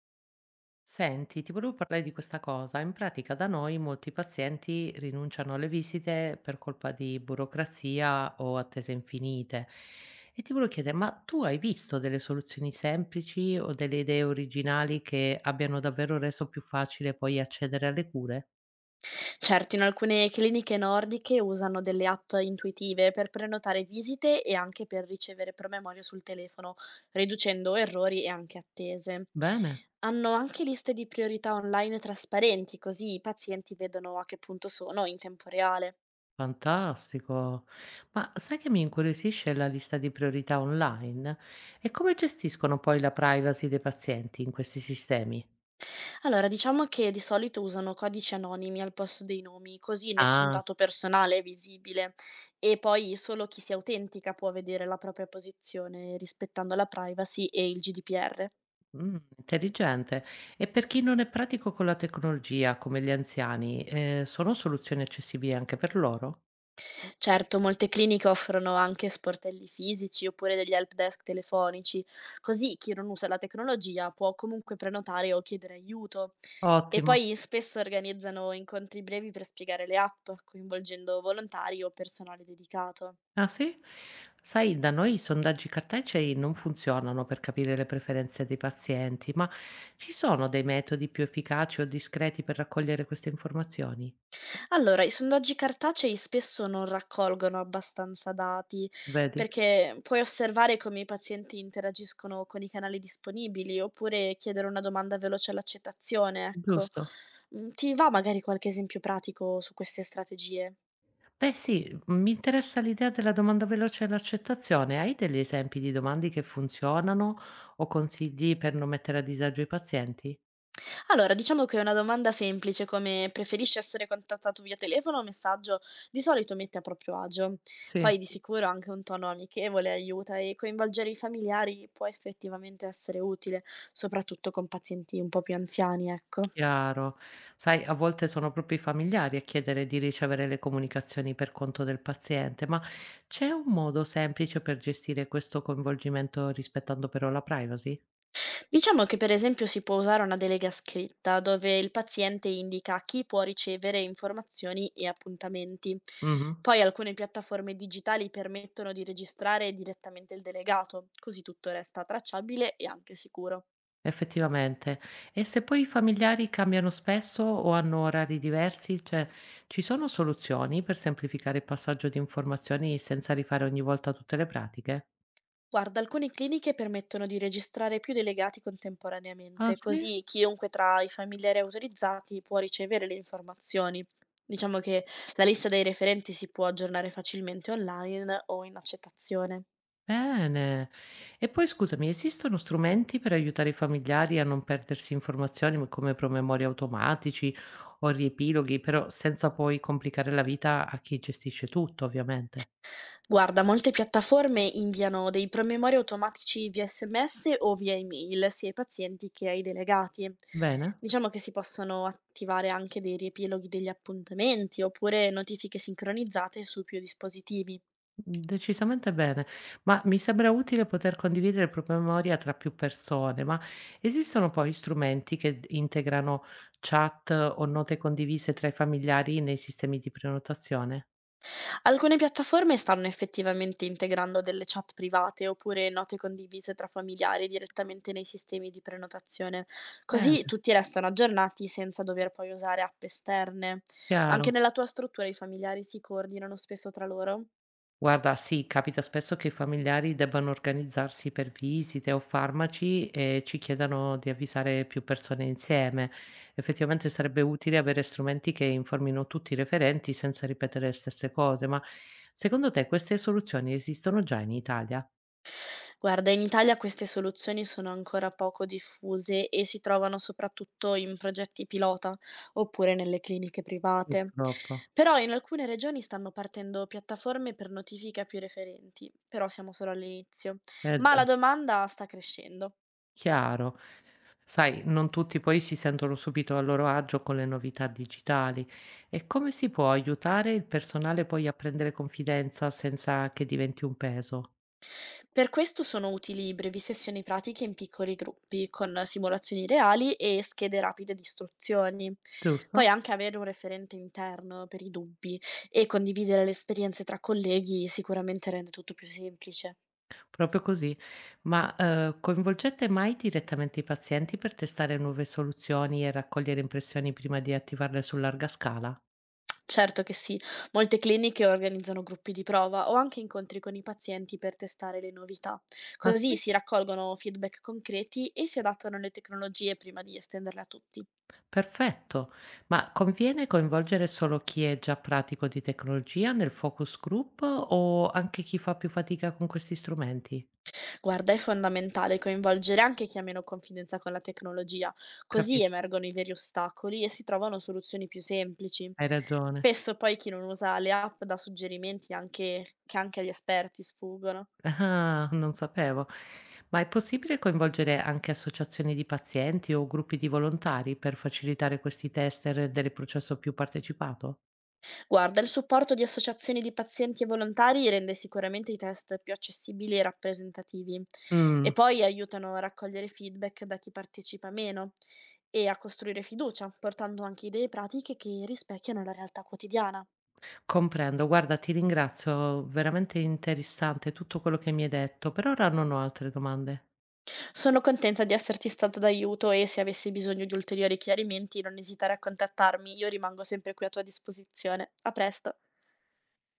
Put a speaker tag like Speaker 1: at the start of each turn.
Speaker 1: Senti, ti volevo parlare di questa cosa. In pratica da noi molti pazienti rinunciano alle visite per colpa di burocrazia o attese infinite. E ti volevo chiedere, ma tu hai visto delle soluzioni semplici o delle idee originali che abbiano davvero reso più facile poi accedere alle cure?
Speaker 2: Certo, in alcune cliniche nordiche usano delle app intuitive per prenotare visite e anche per ricevere promemoria sul telefono, riducendo errori e anche attese.
Speaker 1: Bene,
Speaker 2: Hanno anche liste di priorità online trasparenti, così i pazienti vedono a che punto sono in tempo reale.
Speaker 1: fantastico. Ma sai che mi incuriosisce la lista di priorità online? E come gestiscono poi la privacy dei pazienti in questi sistemi?
Speaker 2: Allora, diciamo che di solito usano codici anonimi al posto dei nomi, così nessun
Speaker 1: Ah.
Speaker 2: dato personale è visibile, e poi solo chi si autentica può vedere la propria posizione rispettando la privacy e il GDPR.
Speaker 1: Intelligente. E per chi non è pratico con la tecnologia, come gli anziani, sono soluzioni accessibili anche per loro?
Speaker 2: Certo, molte cliniche offrono anche sportelli fisici oppure degli help desk telefonici, così chi non usa la tecnologia può comunque prenotare o chiedere aiuto. E
Speaker 1: Ottimo.
Speaker 2: poi spesso organizzano incontri brevi per spiegare le app, coinvolgendo volontari o personale dedicato.
Speaker 1: Ah sì? Sai, da noi i sondaggi cartacei non funzionano per capire le preferenze dei pazienti, ma ci sono dei metodi più efficaci o discreti per raccogliere queste informazioni?
Speaker 2: Allora, i sondaggi cartacei spesso non raccolgono abbastanza dati,
Speaker 1: Vedi?
Speaker 2: perché puoi osservare come i pazienti interagiscono con i canali disponibili, oppure chiedere una domanda veloce all'accettazione, ecco.
Speaker 1: Giusto?
Speaker 2: Mm, ti va magari qualche esempio pratico su queste strategie?
Speaker 1: Beh sì, mi interessa l'idea della domanda veloce e l'accettazione. Hai degli esempi di domande che funzionano o consigli per non mettere a disagio i pazienti?
Speaker 2: Allora, diciamo che è una domanda semplice come: "Preferisci essere contattato via telefono o messaggio?" Di solito mette a proprio agio.
Speaker 1: Sì.
Speaker 2: Poi di sicuro anche un tono amichevole aiuta, e coinvolgere i familiari può effettivamente essere utile, soprattutto con pazienti un po' più anziani, ecco.
Speaker 1: Chiaro. Sai, a volte sono proprio i familiari a chiedere di ricevere le comunicazioni per conto del paziente, ma c'è un modo semplice per gestire questo coinvolgimento rispettando però la privacy?
Speaker 2: Diciamo che, per esempio, si può usare una delega scritta dove il paziente indica chi può ricevere informazioni e appuntamenti.
Speaker 1: Mh-mh.
Speaker 2: Poi alcune piattaforme digitali permettono di registrare direttamente il delegato, così tutto resta tracciabile e anche sicuro.
Speaker 1: Effettivamente. E se poi i familiari cambiano spesso o hanno orari diversi, cioè ci sono soluzioni per semplificare il passaggio di informazioni senza rifare ogni volta tutte le pratiche?
Speaker 2: Guarda, alcune cliniche permettono di registrare più delegati
Speaker 1: Ah
Speaker 2: contemporaneamente,
Speaker 1: sì?
Speaker 2: così chiunque tra i familiari autorizzati può ricevere le informazioni. Diciamo che la lista dei referenti si può aggiornare facilmente online o in accettazione.
Speaker 1: Bene. E poi scusami, esistono strumenti per aiutare i familiari a non perdersi informazioni come promemori automatici o riepiloghi, però senza poi complicare la vita a chi gestisce tutto, ovviamente?
Speaker 2: Guarda, molte piattaforme inviano dei promemori automatici via SMS o via email, sia ai pazienti che ai delegati.
Speaker 1: Bene?
Speaker 2: Diciamo che si possono attivare anche dei riepiloghi degli appuntamenti oppure notifiche sincronizzate su più dispositivi.
Speaker 1: Decisamente bene, ma mi sembra utile poter condividere il proprio memoria tra più persone, ma esistono poi strumenti che integrano chat o note condivise tra i familiari nei sistemi di prenotazione?
Speaker 2: Alcune piattaforme stanno effettivamente integrando delle chat private oppure note condivise tra familiari direttamente nei sistemi di prenotazione,
Speaker 1: Bene,
Speaker 2: così tutti restano aggiornati senza dover poi usare app esterne. Anche
Speaker 1: chiaro.
Speaker 2: nella tua struttura i familiari si coordinano spesso tra loro?
Speaker 1: Guarda, sì, capita spesso che i familiari debbano organizzarsi per visite o farmaci e ci chiedano di avvisare più persone insieme. Effettivamente sarebbe utile avere strumenti che informino tutti i referenti senza ripetere le stesse cose, ma secondo te queste soluzioni esistono già in Italia?
Speaker 2: Guarda, in Italia queste soluzioni sono ancora poco diffuse e si trovano soprattutto in progetti pilota oppure nelle cliniche private.
Speaker 1: Purtroppo.
Speaker 2: Però in alcune regioni stanno partendo piattaforme per notifica più referenti, però siamo solo all'inizio.
Speaker 1: Eh
Speaker 2: Ma
Speaker 1: già.
Speaker 2: la domanda sta crescendo.
Speaker 1: Chiaro. Sai, non tutti poi si sentono subito a loro agio con le novità digitali. E come si può aiutare il personale poi a prendere confidenza senza che diventi un peso?
Speaker 2: Per questo sono utili brevi sessioni pratiche in piccoli gruppi, con simulazioni reali e schede rapide di istruzioni.
Speaker 1: Giusto?
Speaker 2: Poi anche avere un referente interno per i dubbi e condividere le esperienze tra colleghi sicuramente rende tutto più semplice.
Speaker 1: Proprio così. Ma coinvolgete mai direttamente i pazienti per testare nuove soluzioni e raccogliere impressioni prima di attivarle su larga scala?
Speaker 2: Certo che sì, molte cliniche organizzano gruppi di prova o anche incontri con i pazienti per testare le novità.
Speaker 1: Ah,
Speaker 2: Così
Speaker 1: sì?
Speaker 2: si raccolgono feedback concreti e si adattano le tecnologie prima di estenderle a tutti.
Speaker 1: Perfetto. Ma conviene coinvolgere solo chi è già pratico di tecnologia nel focus group o anche chi fa più fatica con questi strumenti?
Speaker 2: Guarda, è fondamentale coinvolgere anche chi ha meno confidenza con la tecnologia, così
Speaker 1: Capito,
Speaker 2: emergono i veri ostacoli e si trovano soluzioni più semplici.
Speaker 1: hai ragione.
Speaker 2: Spesso poi chi non usa le app dà suggerimenti, anche, che anche agli esperti sfuggono.
Speaker 1: Ah, non sapevo. Ma è possibile coinvolgere anche associazioni di pazienti o gruppi di volontari per facilitare questi test e rendere il processo più partecipato?
Speaker 2: Guarda, il supporto di associazioni di pazienti e volontari rende sicuramente i test più accessibili e rappresentativi, e
Speaker 1: Mm,
Speaker 2: poi aiutano a raccogliere feedback da chi partecipa meno e a costruire fiducia, portando anche idee pratiche che rispecchiano la realtà quotidiana.
Speaker 1: comprendo. Guarda, ti ringrazio, veramente interessante tutto quello che mi hai detto. Per ora non ho altre domande.
Speaker 2: Sono contenta di esserti stata d'aiuto, e se avessi bisogno di ulteriori chiarimenti non esitare a contattarmi, io rimango sempre qui a tua disposizione. A presto.